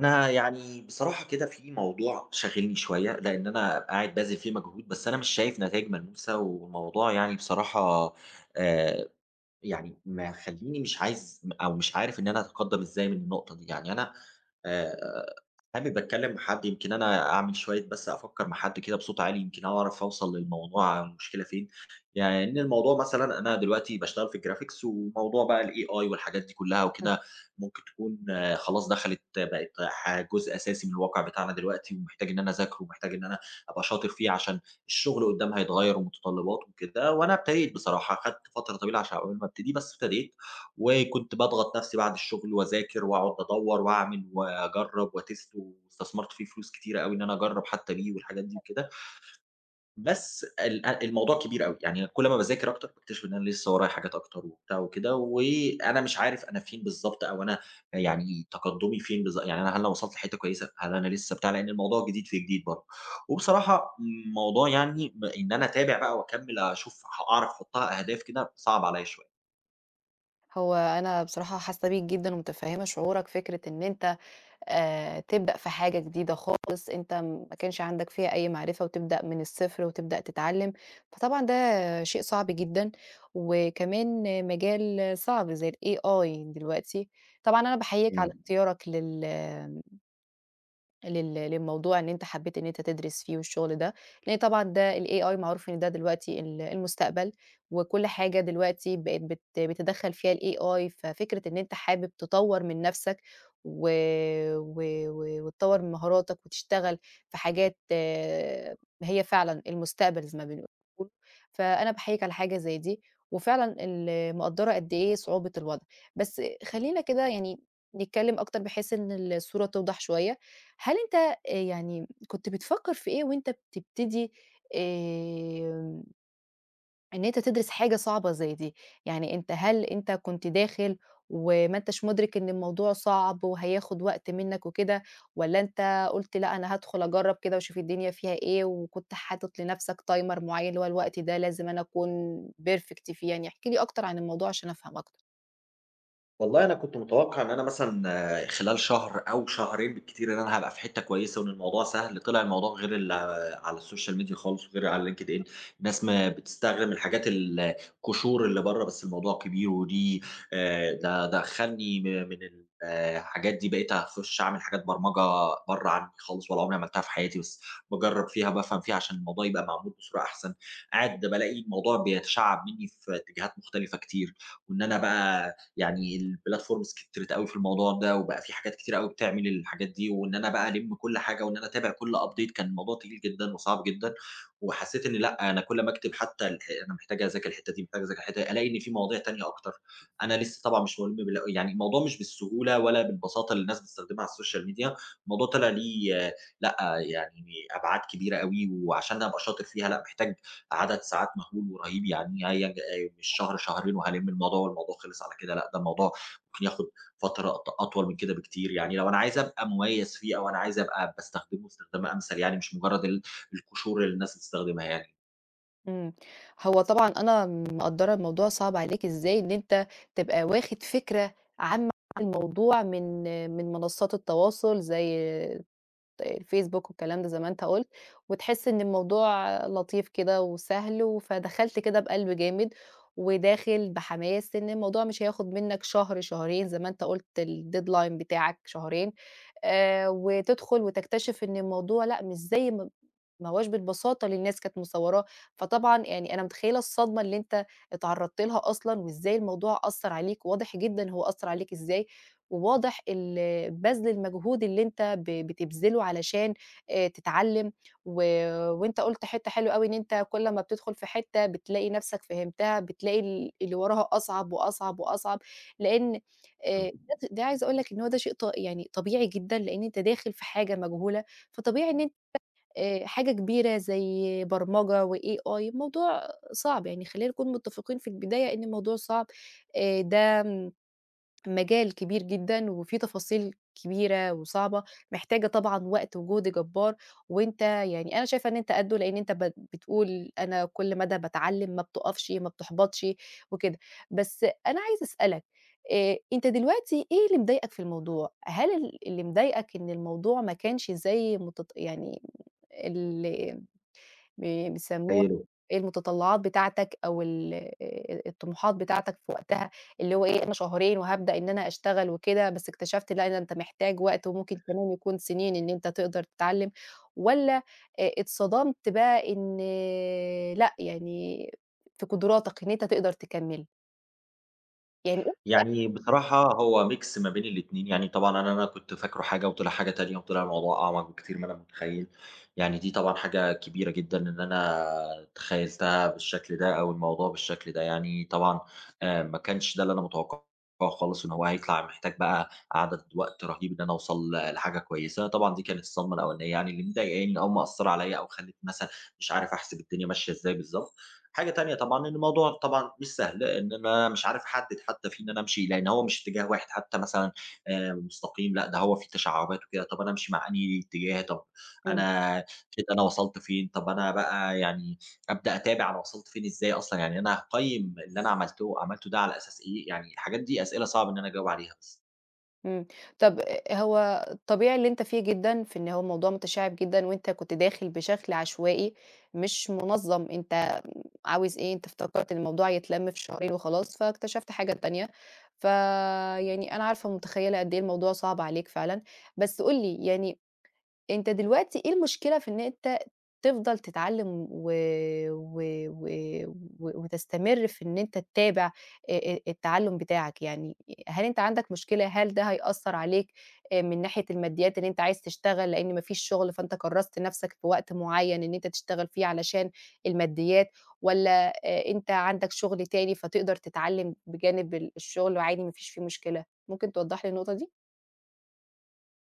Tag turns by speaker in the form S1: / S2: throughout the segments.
S1: أنا يعني بصراحة كده في موضوع شاغلني شوية، لإن أنا قاعد باذل فيه مجهود، بس أنا مش شايف نتايج ملموسة، والموضوع يعني بصراحة آآ يعني مخلّيني مش عايز أو مش عارف إن أنا أتقدّم إزاي من النقطة دي. يعني أنا آآ حابب أتكلّم مع حد، يمكن أنا أعمل شوية بس أفكّر مع حد كده بصوت عالي، يمكن أعرف أوصل للموضوع المشكلة فين. يعني إن الموضوع مثلًا أنا دلوقتي باشتغل في الgraphics وموضوع بقى الAI والحاجات دي كلّها وكده، ممكن تكون خلاص دخلت، بقت جزء أساسي من الواقع بتاعنا دلوقتي، ومحتاج إن أنا أذاكره، ومحتاج إن أنا أبقى شاطر فيه عشان الشغل قدّام هيتغيّر ومتطلباته وكده. وأنا ابتديت بصراحة، خدت فترة طويلة عشان عقبال ما ابتدي، بس ابتديت، وكنت باضغط نَفْسي بعد الشغل وأذاكر وأقعد أدوّر وأعمل وأجرّب وأtest، واستثمرت فيه فلوس كتيرة أوي إن أنا أجرّب حتى بيه والحاجات دي وكده. بس ال أ الموضوع كبير أوي، يعني كل ما باذاكر أكتر باكتشف إن أنا لسه ورايا حاجات أكتر وبتاع وكده، وأنا مش عارف أنا فين بالضبط، أو أنا يعني تقدُّمي فين يعني أنا، هل أنا وصلت لحتّة كويسة، هل أنا لسه بتاع، لإن الموضوع جديد في جديد برضه. وبصراحة الموضوع يعني إن أنا أتابع بقى وأكمّل أشوف أعرف أحُطّها أهداف كده، صعب عليّا شوية.
S2: هو أنا بصراحة حاسة بيك جدًا ومتفهمة شعورك، فكرة إن أنت تبدأ في حاجة جديدة خالص، أنت ما كانش عندك فيها أي معرفة، وتبدأ من الصفر وتبدأ تتعلم، فطبعًا ده شيء صعب جدًا، وكمان مجال صعب زي الAI دلوقتي. طبعًا أنا باحييك على اختيارك لل لل للموضوع، إن أنت حبّيت إن أنت تدرس فيه والشغل ده، لإن طبعًا ده الAI معروف إن ده دلوقتي المستقبل، وكل حاجة دلوقتي بقت بتدخّل فيها الAI، ففكرة إن أنت حابب تطوّر من نَفْسك و و و وتطوّر من مهاراتك وتشتغل في حاجات، آه، هي فعلًا المستقبل زي ما بنقول، فأنا باحييك على حاجة زي دي، وفعلًا مقدّرة قد إيه صعوبة الوضع. بس خلّينا كده يعني نتكلّم أكتر بحيث إن الصورة توضح شوية. هل أنت يعني كنت بتفكّر في إيه وأنت بتبتدي آمم إن أنت تدرس حاجة صعبة زي دي؟ يعني أنت، هل أنت كنت داخل وما أنتش مُدرك إن الموضوع صعب وهياخد وقت منّك وكده، والّا أنت قُلت لأ أنا هادخل أجرّب كده واشوف الدنيا فيها إيه، وكنت حاطط لنَفْسك timer معيّن اللي هو الوقت ده لازم أنا أكون perfect فيه؟ يعني احكِ لي أكتر عن الموضوع عشان أفهم أكتر.
S1: والله أنا كنت متوقع إن أنا مثلًا خلال شهر أو شهرين بالكتير إن أنا هابقى في حتّة كويسة، وإن الموضوع سهل، طلع الموضوع غير ال آه، على السوشيال ميديا خالص وغير على LinkedIn. الناس ما بتستخدم الحاجات القشور اللي برّه بس، الموضوع كبير، ودي ده خلّني من ال آه، الحاجات دي، بقيت أخُش أعمل حاجات برمجة برّه عني خالص، ولا عمري عملتها في حياتي، بس باجرّب فيها بافهم فيها عشان الموضوع يبقى معمول بصورة أحسن. قاعد بالاقي الموضوع بيتشعّب منّي في اتجاهات مختلفة كتير، وإن أنا بقى يعني الplatforms كترت أوي في الموضوع ده، وبقى في حاجات كتيرة أوي بتعمل الحاجات دي، وإن أنا بقى ألِم كل حاجة، وإن أنا أتابع كل update، كان الموضوع تقيل جدًا وصعب جدًا. وحسيت إن لأ، أنا كل ما أكتب حتى أنا محتاج أذاكر الحتة دي، محتاج أذاكر الحتة دي، ألاقي إن في مواضيع تانية أكتر. أنا لسه طبعًا مش مُلِم يعني الموضوع مش بالسهولة ولا بالبساطة اللي الناس بتستخدمها على السوشيال ميديا، الموضوع طلع ليه لأ، يعني أبعاد كبيرة أوي. وعشان أبقى شاطر فيها، لأ، محتاج عدد ساعات مهول ورهيب، يعني هي مش شهر شهرين وهالِم الموضوع والموضوع خلص على كده، لأ ده الموضوع ممكن ياخد فترة أطول من كده بكتير، يعني لو أنا عايز أبقى مميز فيه، أو أنا عايز أبقى باستخدمه استخدام أمثل، يعني مش مجرد القشور اللي الناس بتستخدمها يعني.
S2: إمم. هو طبعًا أنا مقدّرة الموضوع صعب عليك إزاي، إن أنت تبقى واخد فكرة عامة عن الموضوع من منصات التواصل زي الفيسبوك والكلام ده زي ما أنت قُلت، وتحس إن الموضوع لطيف كده وسهل، فدخلت كده بقلب جامد، وداخل بحماس إن الموضوع مش هياخد منّك شهر، شهرين، زي ما أنت قُلت الdeadline بتاعك شهرين، وتدخل وتكتشف إن الموضوع لأ، مش زي ما هواش بالبساطة اللي الناس كانت مصوراه. فطبعًا يعني أنا متخيلة الصدمة اللي أنت اتعرضت لها أصلًا، وإزاي الموضوع أثّر عليك، واضح جدًا هو أثّر عليك إزاي، وواضح بَذْل المجهود اللي أنت بتبذله علشان تتعلّم. و وأنت قُلت حتّة حلوة أوي، إن أنت كل ما بتدخل في حتّة بتلاقي نَفْسك فهمتها، بتلاقي اللي وراها أصعب وأصعب وأصعب، لإن آآ
S1: مم.
S2: ده ده عايزة أقول لك إن هو ده شيء يعني طبيعي جدًا، لإن أنت داخل في حاجة مجهولة. فطبيعي إن أنت حاجة كبيرة زي برمجة وAI الموضوع صعب، يعني خلّينا نكون متّفقين في البداية إن الموضوع صعب. ده مجال كبير جدًا وفيه تفاصيل كبيرة وصعبة، محتاجة طبعًا وقت وجهد جبار. وأنت يعني أنا شايفة إن أنت قدّه، لإن أنت بتقول أنا كل مدى باتعلّم، ما بتُقفش، ما بتحبطش وكده. بس أنا عايزة أسألك، أنت دلوقتي إيه اللي مضايقك في الموضوع؟ هل اللي مضايقك إن الموضوع ما كانش زي يعني ال بي بيسموها
S1: تخيل.
S2: إيه، المتطلعات بتاعتك أو ال الطموحات بتاعتك في وقتها، اللي هو إيه، أنا شهرين وهابدأ إن أنا أشتغل وكده، بس اكتشفت لأ، ده أنت محتاج وقت وممكن كمان يكون سنين إن أنت تقدر تتعلم، والّا اتصدمت بقى إن لأ يعني في قدراتك إن أنت تقدر تكمّل؟ يعني إيه؟
S1: يعني بصراحة هو ميكس ما بين الاتنين، يعني طبعًا أنا كنت فاكره حاجة وطلع حاجة تانية، وطلع الموضوع أعمق بكتير ما أنا متخيّل. يعني دي طبعًا حاجة كبيرة جدًا إن أنا تخيّلتها بالشكل ده أو الموضوع بالشكل ده، يعني طبعًا ما كانش ده اللي أنا متوقعه خالص، إن هو هيطلع محتاج بقى عدد وقت رهيب إن أنا أوصل لحاجة كويسة. طبعًا دي كانت الصدمة الأولانية، يعني اللي مضايقاني أو مأثّرة عليَّ، أو خلّتني مثلًا مش عارف أحسب الدنيا ماشية إزاي بالضبط. حاجة تانية طبعًا، إن الموضوع طبعًا مش سهل، إن أنا مش عارف أحدد حتى في إن أنا أمشي، لإن هو مش اتجاه واحد حتى مثلًا مستقيم، لأ ده هو في تشعبات وكده. طب أنا أمشي مع أنهي اتجاه؟ طب
S2: إمم،
S1: أنا كده، أنا وصلت فين؟ طب أنا بقى يعني أبدأ أتابع أنا وصلت فين إزاي أصلًا؟ يعني أنا هاقيّم اللي أنا عملته ده على أساس إيه؟ يعني الحاجات دي أسئلة صعب إن أنا أجاوب عليها بس.
S2: إمم. طب هو طبيعي اللي أنت فيه جدًا، في إن هو الموضوع متشعب جدًا وأنت كنت داخل بشكل عشوائي مش منظم، أنت عاوز إيه، أنت افتكرت إن الموضوع يتلَم في شهرين وخلاص، فاكتشفت حاجة تانية. فيعني أنا عارفة ومتخيّلة قد إيه الموضوع صعب عليك فعلًا، بس قُل لي يعني أنت دلوقتي إيه المشكلة في إن أنت تفضل تتعلّم و و و و وتستمر في إن أنت تتابع التعلُّم بتاعك؟ يعني هل أنت عندك مشكلة، هل ده هيأثّر عليك من ناحية الماديات، إن أنت عايز تشتغل لإن ما فيش شُغل فأنت كرّست نَفْسك في وقت معيّن إن أنت تشتغل فيه علشان الماديات، والّا أنت عندك شُغل تاني فتقدر تتعلّم بجانب الشُغل وعادي ما فيش فيه مشكلة؟ ممكن توضّح لي النقطة دي؟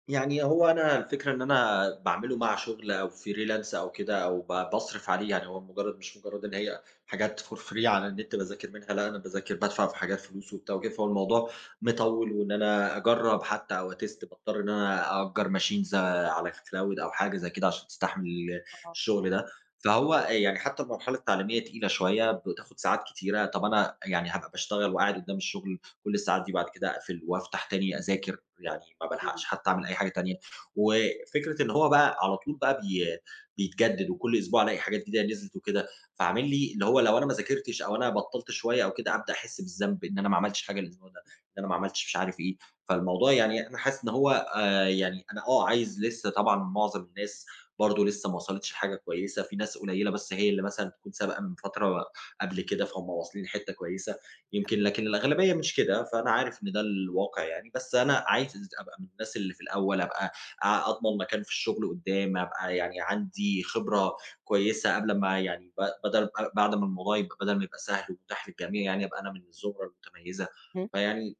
S1: يعني هو أنا الفكرة إن أنا باعمله مع شغل أو freelance أو كده، أو باصرف عليه، يعني هو مش مجرّد إن هي حاجات for free على النت باذاكر منها، لأ أنا باذاكر بادفع في حاجات فلوس وبتاع وكده، فهو الموضوع مطوّل، وإن أنا أجرّب حتى أو أtest باضطر إن أنا أأجّر machines على cloud أو حاجة زي كده عشان تستحمل
S2: آه،
S1: الشغل ده. فهو يعني حتى المرحلة التعليمية تقيلة شوية، بتاخد ساعات كتيرة، طَب أنا يعني هابقى باشتغل وقاعد قدّام الشغل كل الساعات دي، بعد كده أقفل وأفتح تاني أذاكر، يعني ما
S2: إمم.
S1: بالحقش حتى أعمل أي حاجة تانية. وفكرة إن هو بقى على طول بقى بيتجدد، وكل أسبوع ألاقي حاجات جديدة نزلت وكده، فعامل لي اللي هو لو أنا ما ذاكرتش، أو أنا بطّلت شوية أو كده، أبدأ أحس بالذنب، إن أنا ما عملتش حاجة الأسبوع ده، إن أنا ما عملتش مش عارف إيه. فالموضوع يعني أنا حاسس إن هو يعني أنا، عايز لسه، طبعًا معظم الناس برضه لسه ما وصلتش لحاجة كويسة، في ناس قليلة بس هي اللي مثلًا تكون سابقة من فترة قبل كده فهُم واصلين لحتّة كويسة، يمكن، لكن الأغلبية مش كده، فأنا عارف إن ده الواقع يعني، بس أنا عايز أبقى من الناس اللي في الأول، أبقى أضمن مكان في الشغل قدّام، أبقى يعني عندي خبرة كويسة قبل ما يعني بدل بعد ما الموضوع يبقى، بدل ما يبقى سهل ومتاح للجميع يعني، أبقى أنا من الزمرة المتميزة.
S2: إمم.
S1: فيعني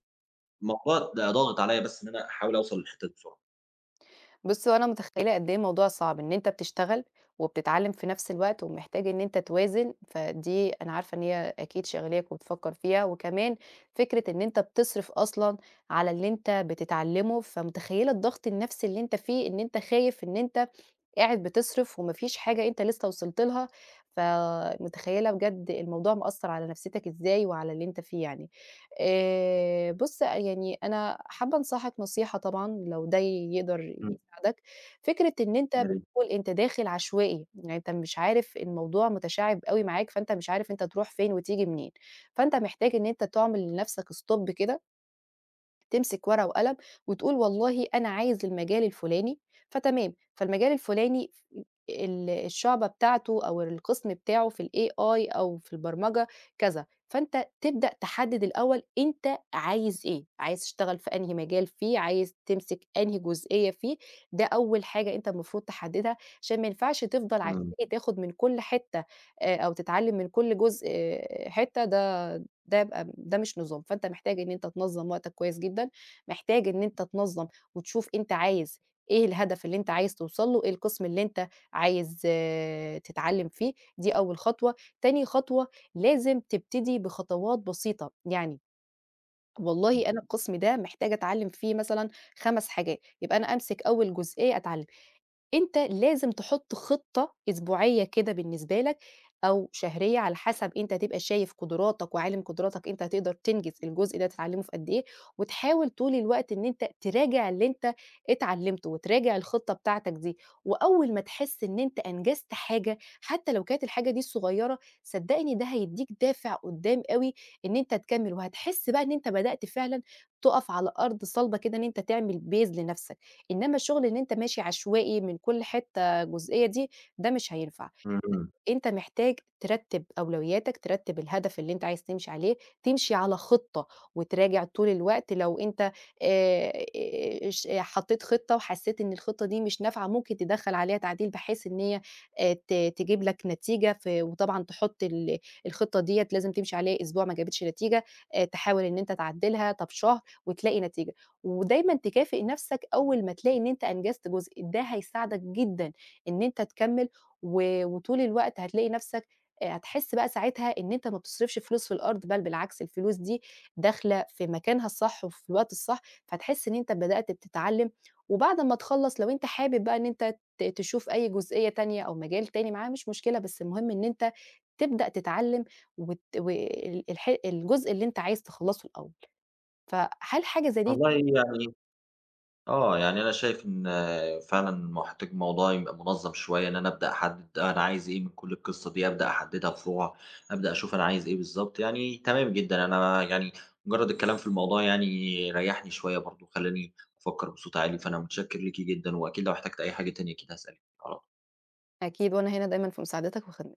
S1: الموضوع ده ضاغط عليَّ بس إن أنا أحاول أوصل للحتة دي بسرعة.
S2: بُصّي، هو أنا متخيلة قد إيه الموضوع صعب، إن أنت بتشتغل وبتتعلم في نفس الوقت، ومحتاج إن أنت توازن، فدي أنا عارفة إن هي أكيد شاغلاك وبتفكر فيها، وكمان فكرة إن أنت بتصرف أصلًا على اللي أنت بتتعلمه، فمتخيلة الضغط النفسي اللي أنت فيه، إن أنت خايف إن أنت قاعد بتصرف وما فيش حاجة أنت لسه وصلت لها، فمتخيّلة بجد الموضوع مأثّر على نفسيتك إزاي وعلى اللي أنت فيه يعني. بُص، يعني أنا حابة أنصحك نصيحة طبعًا لو ده يقدر
S1: إمم،
S2: يساعدك. فكرة إن أنت
S1: يا ريت،
S2: بتقول أنت داخل عشوائي، يعني أنت مش عارف، الموضوع متشعِّب أوي معاك، فأنت مش عارف أنت تروح فين وتيجي منين، فأنت محتاج إن أنت تعمل لنفسك stop كده، تمسك ورقة وقلم وتقول والله أنا عايز المجال الفلاني، فتمام، فالمجال الفلاني ف ال الشعبة بتاعته أو القسم بتاعه في الAI أو في البرمجة كذا، فأنت تبدأ تحدد الأول أنت عايز إيه، عايز تشتغل في أنهي مجال فيه، عايز تمسك أنهي جزئية فيه. ده أول حاجة أنت المفروض تحددها، عشان ما ينفعش تفضل
S1: إمم،
S2: عشوائي تاخد من كل حتة، أو تتعلم من كل جزء، آه، حتة، ده يبقى ده مش نظام. فأنت محتاج إن أنت تنظّم وقتك كويس جدًا، محتاج إن أنت تنظّم وتشوف أنت عايز إيه، الهدف اللي أنت عايز توصل له، إيه القسم اللي أنت عايز آه، تتعلّم فيه. دي أول خطوة. تاني خطوة لازم تبتدي بخطوات بسيطة، يعني والله أنا القسم ده محتاجة أتعلّم فيه مثلًا 5 حاجات، يبقى أنا أمسك أول جزئية أتعلّمها. أنت لازم تحط خطة أسبوعية كده بالنسبة لك أو شهرية على حسب أنت تبقى شايف قدراتك، وعالم قدراتك أنت هتقدر تنجز الجزء ده تتعلمه في قد إيه، وتحاول طول الوقت إن أنت تراجع اللي أنت اتعلمته، وتراجع الخطة بتاعتك دي. وأول ما تحس إن أنت أنجزت حاجة حتى لو كانت الحاجة دي صغيرة، صدقني ده هيديك دافع قدام أوي إن أنت تكمل، وهتحس بقى إن أنت بدأت فعلًا تقف على أرض صلبة كده، إن أنت تعمل base لنفسك. إنما الشغل إن أنت ماشي عشوائي من كل حتّة جزئية دي، ده مش هينفع.
S1: إمم، إمم.
S2: أنت محتاج ترتّب أولوياتك، ترتّب الهدف اللي أنت عايز تمشي عليه، تمشي على خطة وتراجع طول الوقت. لو أنت آآ اش حطّيت خطة وحسّيت إن الخطة دي مش نافعة، ممكن تدخّل عليها تعديل بحيث إن هي ت تجيب لك نتيجة وطبعًا تحط الخطة ديّة، لازم تمشي عليها أسبوع، ما جابتش نتيجة، تحاول إن أنت تعدّلها، طَب شهر وتلاقي نتيجة. ودايمًا تكافئ نَفْسك أول ما تلاقي إن أنت أنجزت جزء، ده هيساعدك جدًا إن أنت تكمّل. وطول الوقت هتلاقي نَفْسك، هتحس بقى ساعتها إن أنت ما بتصرفش فلوس في الأرض، بل بالعكس الفلوس دي داخلة في مكانها الصح وفي الوقت الصح، فهتحس إن أنت بدأت بتتعلّم. وبعد ما تخلّص لو أنت حابب بقى إن أنت تشوف أي جزئية تانية أو مجال تاني معاها مش مشكلة، بس المهم إن أنت تبدأ تتعلّم وت وال الح الجزء اللي أنت عايز تخلّصه الأول. فهل حاجة زي دي؟
S1: والله يعني، يعني أنا شايف إن فعلًا محتاج موضوع يبقى منظَّم شوية، إن أنا أبدأ أحدِّد أنا عايز إيه من كل القصة دي، أبدأ أحدِّدها فروع، أبدأ أشوف أنا عايز إيه بالضبط، يعني تمام جدًا. أنا يعني مجرّد الكلام في الموضوع يعني ريّحني شوية برضه، خلّاني أفكّر بصوت عالي، فأنا متشكّر ليكِ جدًا، وأكيد لو احتجت أي حاجة تانية أكيد هاسألِك على طول.
S2: أكيد، وأنا هنا دايمًا في مساعدتك وخد